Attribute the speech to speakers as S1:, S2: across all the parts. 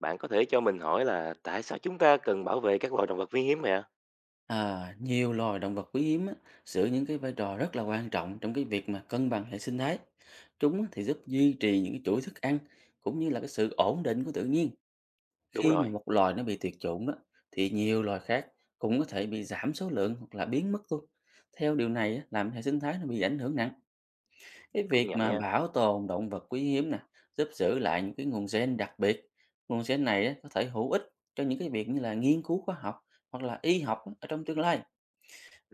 S1: Bạn có thể cho mình hỏi là tại sao chúng ta cần bảo vệ các loài động vật quý hiếm vậy ạ?
S2: À, nhiều loài động vật quý hiếm á, giữ những cái vai trò rất là quan trọng trong cái việc mà cân bằng hệ sinh thái. Chúng á thì giúp duy trì những cái chuỗi thức ăn cũng như là cái sự ổn định của tự nhiên.
S1: Đúng
S2: Khi
S1: rồi,
S2: mà một loài nó bị tuyệt chủng đó, thì nhiều loài khác cũng có thể bị giảm số lượng hoặc là biến mất luôn. Theo điều này á, làm hệ sinh thái nó bị ảnh hưởng nặng. Cái
S1: công
S2: việc
S1: nhận
S2: mà
S1: nha.
S2: bảo tồn động vật quý hiếm nè, giúp giữ lại những cái nguồn gen đặc biệt. Nguồn gen này á, có thể hữu ích cho những cái việc như là nghiên cứu khoa học hoặc là y học á, ở trong tương lai.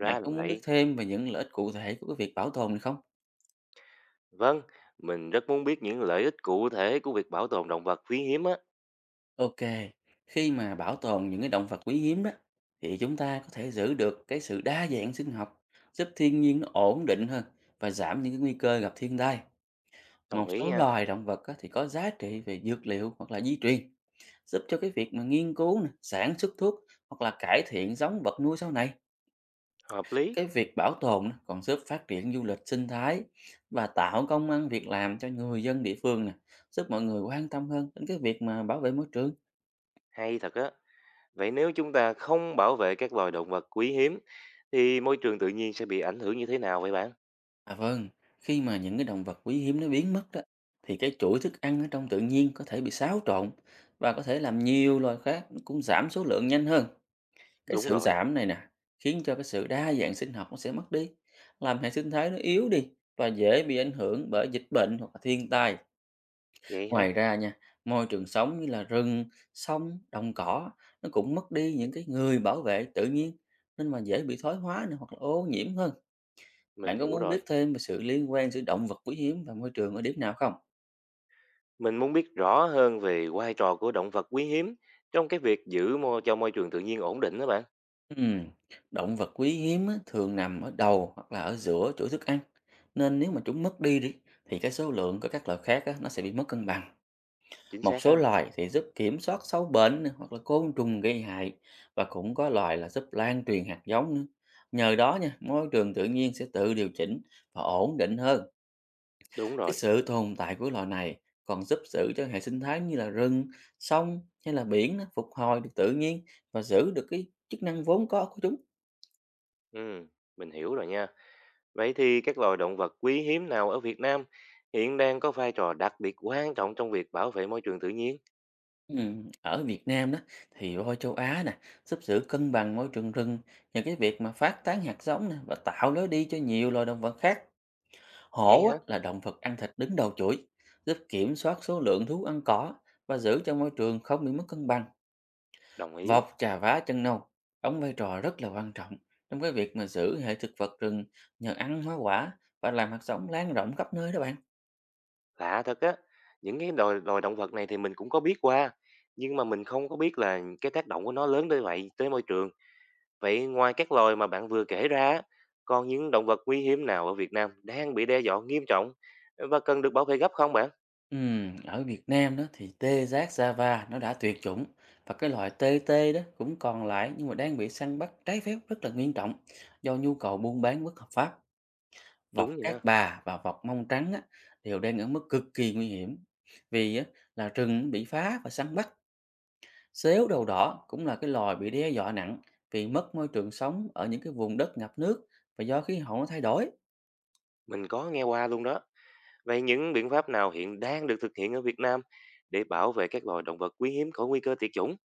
S2: Bạn
S1: là
S2: có muốn biết
S1: vậy.
S2: thêm về những lợi ích cụ thể của cái việc bảo tồn này không?
S1: Vâng, mình rất muốn biết những lợi ích cụ thể của việc bảo tồn động vật quý hiếm á.
S2: Ok, khi mà bảo tồn những cái động vật quý hiếm đó, thì chúng ta có thể giữ được cái sự đa dạng sinh học, giúp thiên nhiên nó ổn định hơn và giảm những cái nguy cơ gặp thiên tai. Một
S1: Đồng ý
S2: số
S1: nha.
S2: loài động vật á, thì có giá trị về dược liệu hoặc là di truyền, giúp cho cái việc mà nghiên cứu, nè, sản xuất thuốc hoặc là cải thiện giống vật nuôi sau này.
S1: Hợp lý.
S2: Cái việc bảo tồn á, còn giúp phát triển du lịch sinh thái và tạo công ăn việc làm cho người dân địa phương nè, giúp mọi người quan tâm hơn đến cái việc mà bảo vệ môi trường.
S1: Hay thật á. Vậy nếu chúng ta không bảo vệ các loài động vật quý hiếm thì môi trường tự nhiên sẽ bị ảnh hưởng như thế nào vậy bạn?
S2: À vâng, khi mà những cái động vật quý hiếm nó biến mất đó, thì cái chuỗi thức ăn ở trong tự nhiên có thể bị xáo trộn và có thể làm nhiều loài khác nó cũng giảm số lượng nhanh hơn. Cái
S1: Đúng
S2: sự
S1: rồi.
S2: giảm này nè, khiến cho cái sự đa dạng sinh học nó sẽ mất đi, làm hệ sinh thái nó yếu đi và dễ bị ảnh hưởng bởi dịch bệnh hoặc là thiên tai.
S1: Vậy hả?
S2: Ngoài ra nha, môi trường sống như là rừng, sông, đồng cỏ nó cũng mất đi những cái người bảo vệ tự nhiên, nên mà dễ bị thoái hóa này, hoặc là ô nhiễm hơn.
S1: Mình
S2: Bạn có
S1: hiểu
S2: muốn biết
S1: rồi.
S2: thêm về sự liên quan giữa động vật quý hiếm và môi trường ở điểm nào không?
S1: Mình muốn biết rõ hơn về vai trò của động vật quý hiếm trong cái việc giữ môi cho môi trường tự nhiên ổn định đó bạn.
S2: Ừm, Động vật quý hiếm á, thường nằm ở đầu hoặc là ở giữa chuỗi thức ăn, nên nếu mà chúng mất đi đi thì cái số lượng của các loại khác á, nó sẽ bị mất cân bằng.
S1: Chính
S2: Một
S1: xác
S2: số
S1: ha.
S2: loài thì giúp kiểm soát sâu bệnh nè, hoặc là côn trùng gây hại, và cũng có loài là giúp lan truyền hạt giống nữa. Nhờ đó nha, môi trường tự nhiên sẽ tự điều chỉnh và ổn định hơn.
S1: Đúng
S2: Cái
S1: rồi.
S2: sự tồn tại của loài này còn giúp giữ cho hệ sinh thái như là rừng, sông hay là biển nó phục hồi được tự nhiên và giữ được cái chức năng vốn có của chúng.
S1: Ừ, mình hiểu rồi nha. Vậy thì các loài động vật quý hiếm nào ở Việt Nam hiện đang có vai trò đặc biệt quan trọng trong việc bảo vệ môi trường tự nhiên?
S2: Ở Việt Nam đó thì voi châu Á nè giúp giữ cân bằng môi trường rừng nhờ cái việc mà phát tán hạt giống nè và tạo lối đi cho nhiều loài động vật khác.
S1: Vậy
S2: Hổ á,
S1: hả?
S2: là động vật ăn thịt đứng đầu chuỗi, giúp kiểm soát số lượng thú ăn cỏ và giữ cho môi trường không bị mất cân bằng.
S1: Đồng ý.
S2: Vọc trà vá chân nâu đóng vai trò rất là quan trọng trong cái việc mà giữ hệ thực vật rừng nhờ ăn hóa quả và làm hạt giống lan rộng khắp nơi đó bạn.
S1: Lạ thật á. Những cái loài động vật này thì mình cũng có biết qua, nhưng mà mình không có biết là cái tác động của nó lớn tới vậy tới môi trường. Vậy ngoài các loài mà bạn vừa kể ra, á, còn những động vật quý hiếm nào ở Việt Nam đang bị đe dọa nghiêm trọng và cần được bảo vệ gấp không bạn?
S2: Ở Việt Nam đó thì tê giác Java nó đã tuyệt chủng, và cái loại tê tê đó cũng còn lại nhưng mà đang bị săn bắt trái phép rất là nghiêm trọng do nhu cầu buôn bán bất hợp pháp. Vọc
S1: Đúng
S2: Cát
S1: vậy.
S2: Bà và vọc Mông Trắng á, đều đang ở mức cực kỳ nguy hiểm vì á, là rừng bị phá và săn bắt. Xéo đầu đỏ cũng là cái loài bị đe dọa nặng vì mất môi trường sống ở những cái vùng đất ngập nước và do khí hậu nó thay đổi.
S1: Mình có nghe qua luôn đó. Vậy những biện pháp nào hiện đang được thực hiện ở Việt Nam để bảo vệ các loài động vật quý hiếm khỏi nguy cơ tuyệt chủng?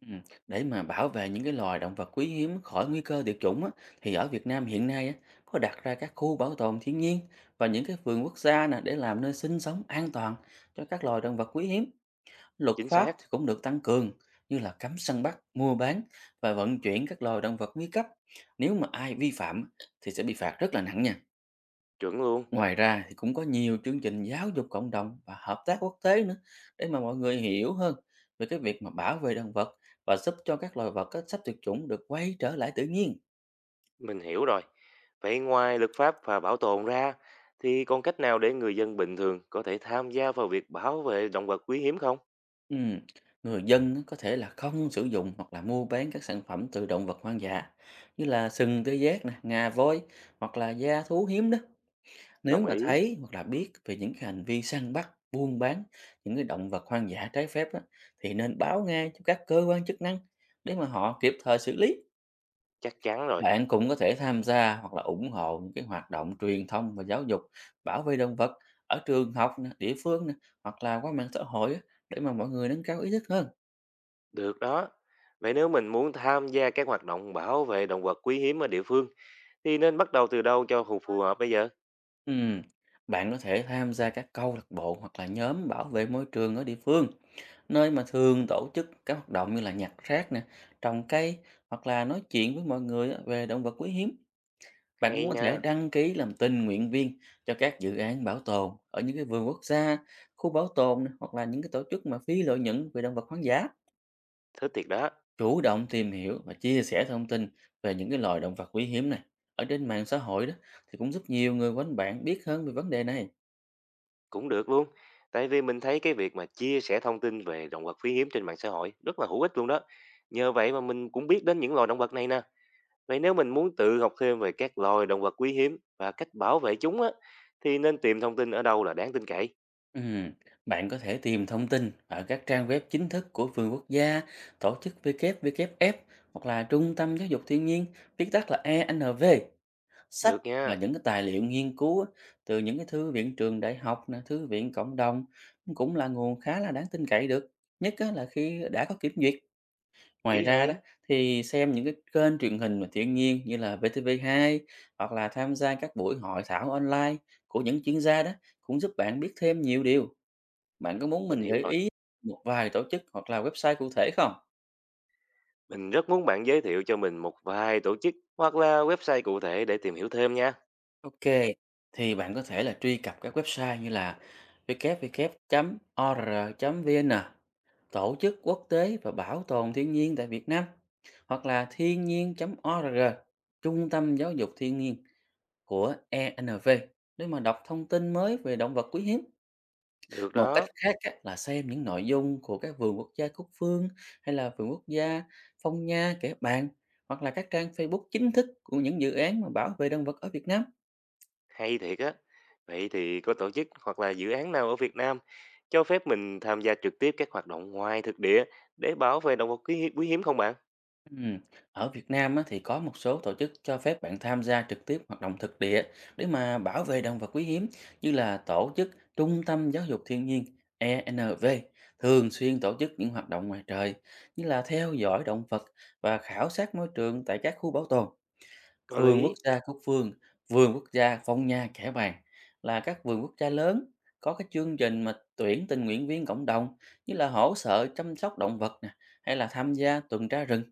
S2: Ừm, Để mà bảo vệ những cái loài động vật quý hiếm khỏi nguy cơ tuyệt chủng á, thì ở Việt Nam hiện nay á, có đặt ra các khu bảo tồn thiên nhiên và những cái vườn quốc gia nè, để làm nơi sinh sống an toàn cho các loài động vật quý hiếm. Luật
S1: Chính
S2: pháp
S1: xác,
S2: thì cũng được tăng cường như là cấm săn bắt, mua bán và vận chuyển các loài động vật nguy cấp. Nếu mà ai vi phạm thì sẽ bị phạt rất là nặng nha.
S1: chuẩn luôn.
S2: Ngoài ra thì cũng có nhiều chương trình giáo dục cộng đồng và hợp tác quốc tế nữa, để mà mọi người hiểu hơn về cái việc mà bảo vệ động vật và giúp cho các loài vật á, sắp tuyệt chủng được quay trở lại tự nhiên.
S1: Mình hiểu rồi. Vậy ngoài luật pháp và bảo tồn ra, thì còn cách nào để người dân bình thường có thể tham gia vào việc bảo vệ động vật quý hiếm không?
S2: Ừm, Người dân á, có thể là không sử dụng hoặc là mua bán các sản phẩm từ động vật hoang dã như là sừng tê giác, nè, ngà voi hoặc là da thú hiếm đó. Nếu
S1: Đồng
S2: mà
S1: ý,
S2: thấy hoặc là biết về những cái hành vi săn bắt, buôn bán những cái động vật hoang dã trái phép á, thì nên báo ngay cho các cơ quan chức năng để mà họ kịp thời xử lý.
S1: chắc chắn rồi.
S2: Bạn cũng có thể tham gia hoặc là ủng hộ những cái hoạt động truyền thông và giáo dục bảo vệ động vật ở trường học, nè, địa phương nè, hoặc là qua mạng xã hội á, để mà mọi người nâng cao ý thức hơn.
S1: Được đó. Vậy nếu mình muốn tham gia các hoạt động bảo vệ động vật quý hiếm ở địa phương, thì nên bắt đầu từ đâu cho phù phù hợp bây giờ?
S2: Ừm, bạn có thể tham gia các câu lạc bộ hoặc là nhóm bảo vệ môi trường ở địa phương, nơi mà thường tổ chức các hoạt động như là nhặt rác nè, trồng cây hoặc là nói chuyện với mọi người á, về động vật quý hiếm. Bạn
S1: Hay
S2: cũng có
S1: nha,
S2: thể đăng ký làm tình nguyện viên cho các dự án bảo tồn ở những cái vườn quốc gia, khu bảo tồn nè, hoặc là những cái tổ chức mà phi lợi nhuận về động vật hoang dã.
S1: thích thiệt đó.
S2: Chủ động tìm hiểu và chia sẻ thông tin về những cái loài động vật quý hiếm này ở trên mạng xã hội đó thì cũng giúp nhiều người quanh bạn biết hơn về vấn đề này.
S1: Cũng được luôn. Tại vì mình thấy cái việc mà chia sẻ thông tin về động vật quý hiếm trên mạng xã hội rất là hữu ích luôn đó. Nhờ vậy mà mình cũng biết đến những loài động vật này nè. Vậy nếu mình muốn tự học thêm về các loài động vật quý hiếm và cách bảo vệ chúng á, thì nên tìm thông tin ở đâu là đáng tin cậy.
S2: Ừm, Bạn có thể tìm thông tin ở các trang web chính thức của vườn quốc gia, tổ chức WWF hoặc là Trung tâm Giáo dục Thiên nhiên, viết tắt là ENV, sách
S1: Được
S2: và
S1: nha,
S2: những cái tài liệu nghiên cứu á, từ những cái thư viện trường đại học, nè, thư viện cộng đồng, cũng là nguồn khá là đáng tin cậy được, nhất á là khi đã có kiểm duyệt. Ngoài
S1: ý
S2: ra
S1: hay.
S2: đó thì xem những cái kênh truyền hình và thiên nhiên như là VTV2 hoặc là tham gia các buổi hội thảo online của những chuyên gia đó, cũng giúp bạn biết thêm nhiều điều. Bạn có muốn
S1: Mình
S2: mình
S1: hiểu
S2: gợi
S1: rồi.
S2: ý một vài tổ chức hoặc là website cụ thể không?
S1: Mình rất muốn bạn giới thiệu cho mình một vài tổ chức hoặc là website cụ thể để tìm hiểu thêm nha.
S2: OK, thì bạn có thể là truy cập các website như là www.or.vn, Tổ chức Quốc tế và Bảo tồn Thiên nhiên tại Việt Nam, hoặc là thiên nhiên.org, Trung tâm Giáo dục Thiên nhiên của ENV, để mà đọc thông tin mới về động vật quý hiếm.
S1: Được
S2: Một cách
S1: đó.
S2: khác á, là xem những nội dung của các vườn quốc gia Cúc Phương hay là vườn quốc gia Phong Nha, Kẻ Bàng, hoặc là các trang Facebook chính thức của những dự án mà bảo vệ động vật ở Việt Nam.
S1: Hay thiệt á. Vậy thì có tổ chức hoặc là dự án nào ở Việt Nam cho phép mình tham gia trực tiếp các hoạt động ngoài thực địa để bảo vệ động vật quý hiếm không bạn?
S2: Ừm, Ở Việt Nam á, thì có một số tổ chức cho phép bạn tham gia trực tiếp hoạt động thực địa để mà bảo vệ động vật quý hiếm, như là tổ chức Trung tâm Giáo dục Thiên nhiên ENV thường xuyên tổ chức những hoạt động ngoài trời như là theo dõi động vật và khảo sát môi trường tại các khu bảo tồn.
S1: Có
S2: Vườn quốc
S1: lý,
S2: gia Cúc Phương, vườn quốc gia Phong Nha, Kẻ Bàng là các vườn quốc gia lớn có cái chương trình mà tuyển tình nguyện viên cộng đồng như là hỗ trợ chăm sóc động vật nè hay là tham gia tuần tra rừng.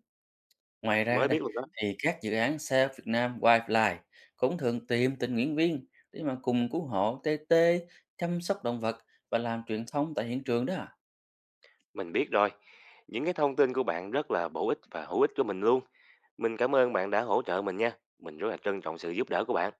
S2: Ngoài ra
S1: mới
S2: đây
S1: biết luôn đó.
S2: thì các dự án Save Việt Nam Wildlife cũng thường tìm tình nguyện viên để mà cùng cứu hộ tê tê, chăm sóc động vật và làm truyền thông tại hiện trường đó.
S1: Mình biết rồi. Những cái thông tin của bạn rất là bổ ích và hữu ích cho mình luôn. Mình cảm ơn bạn đã hỗ trợ mình nha. Mình rất là trân trọng sự giúp đỡ của bạn.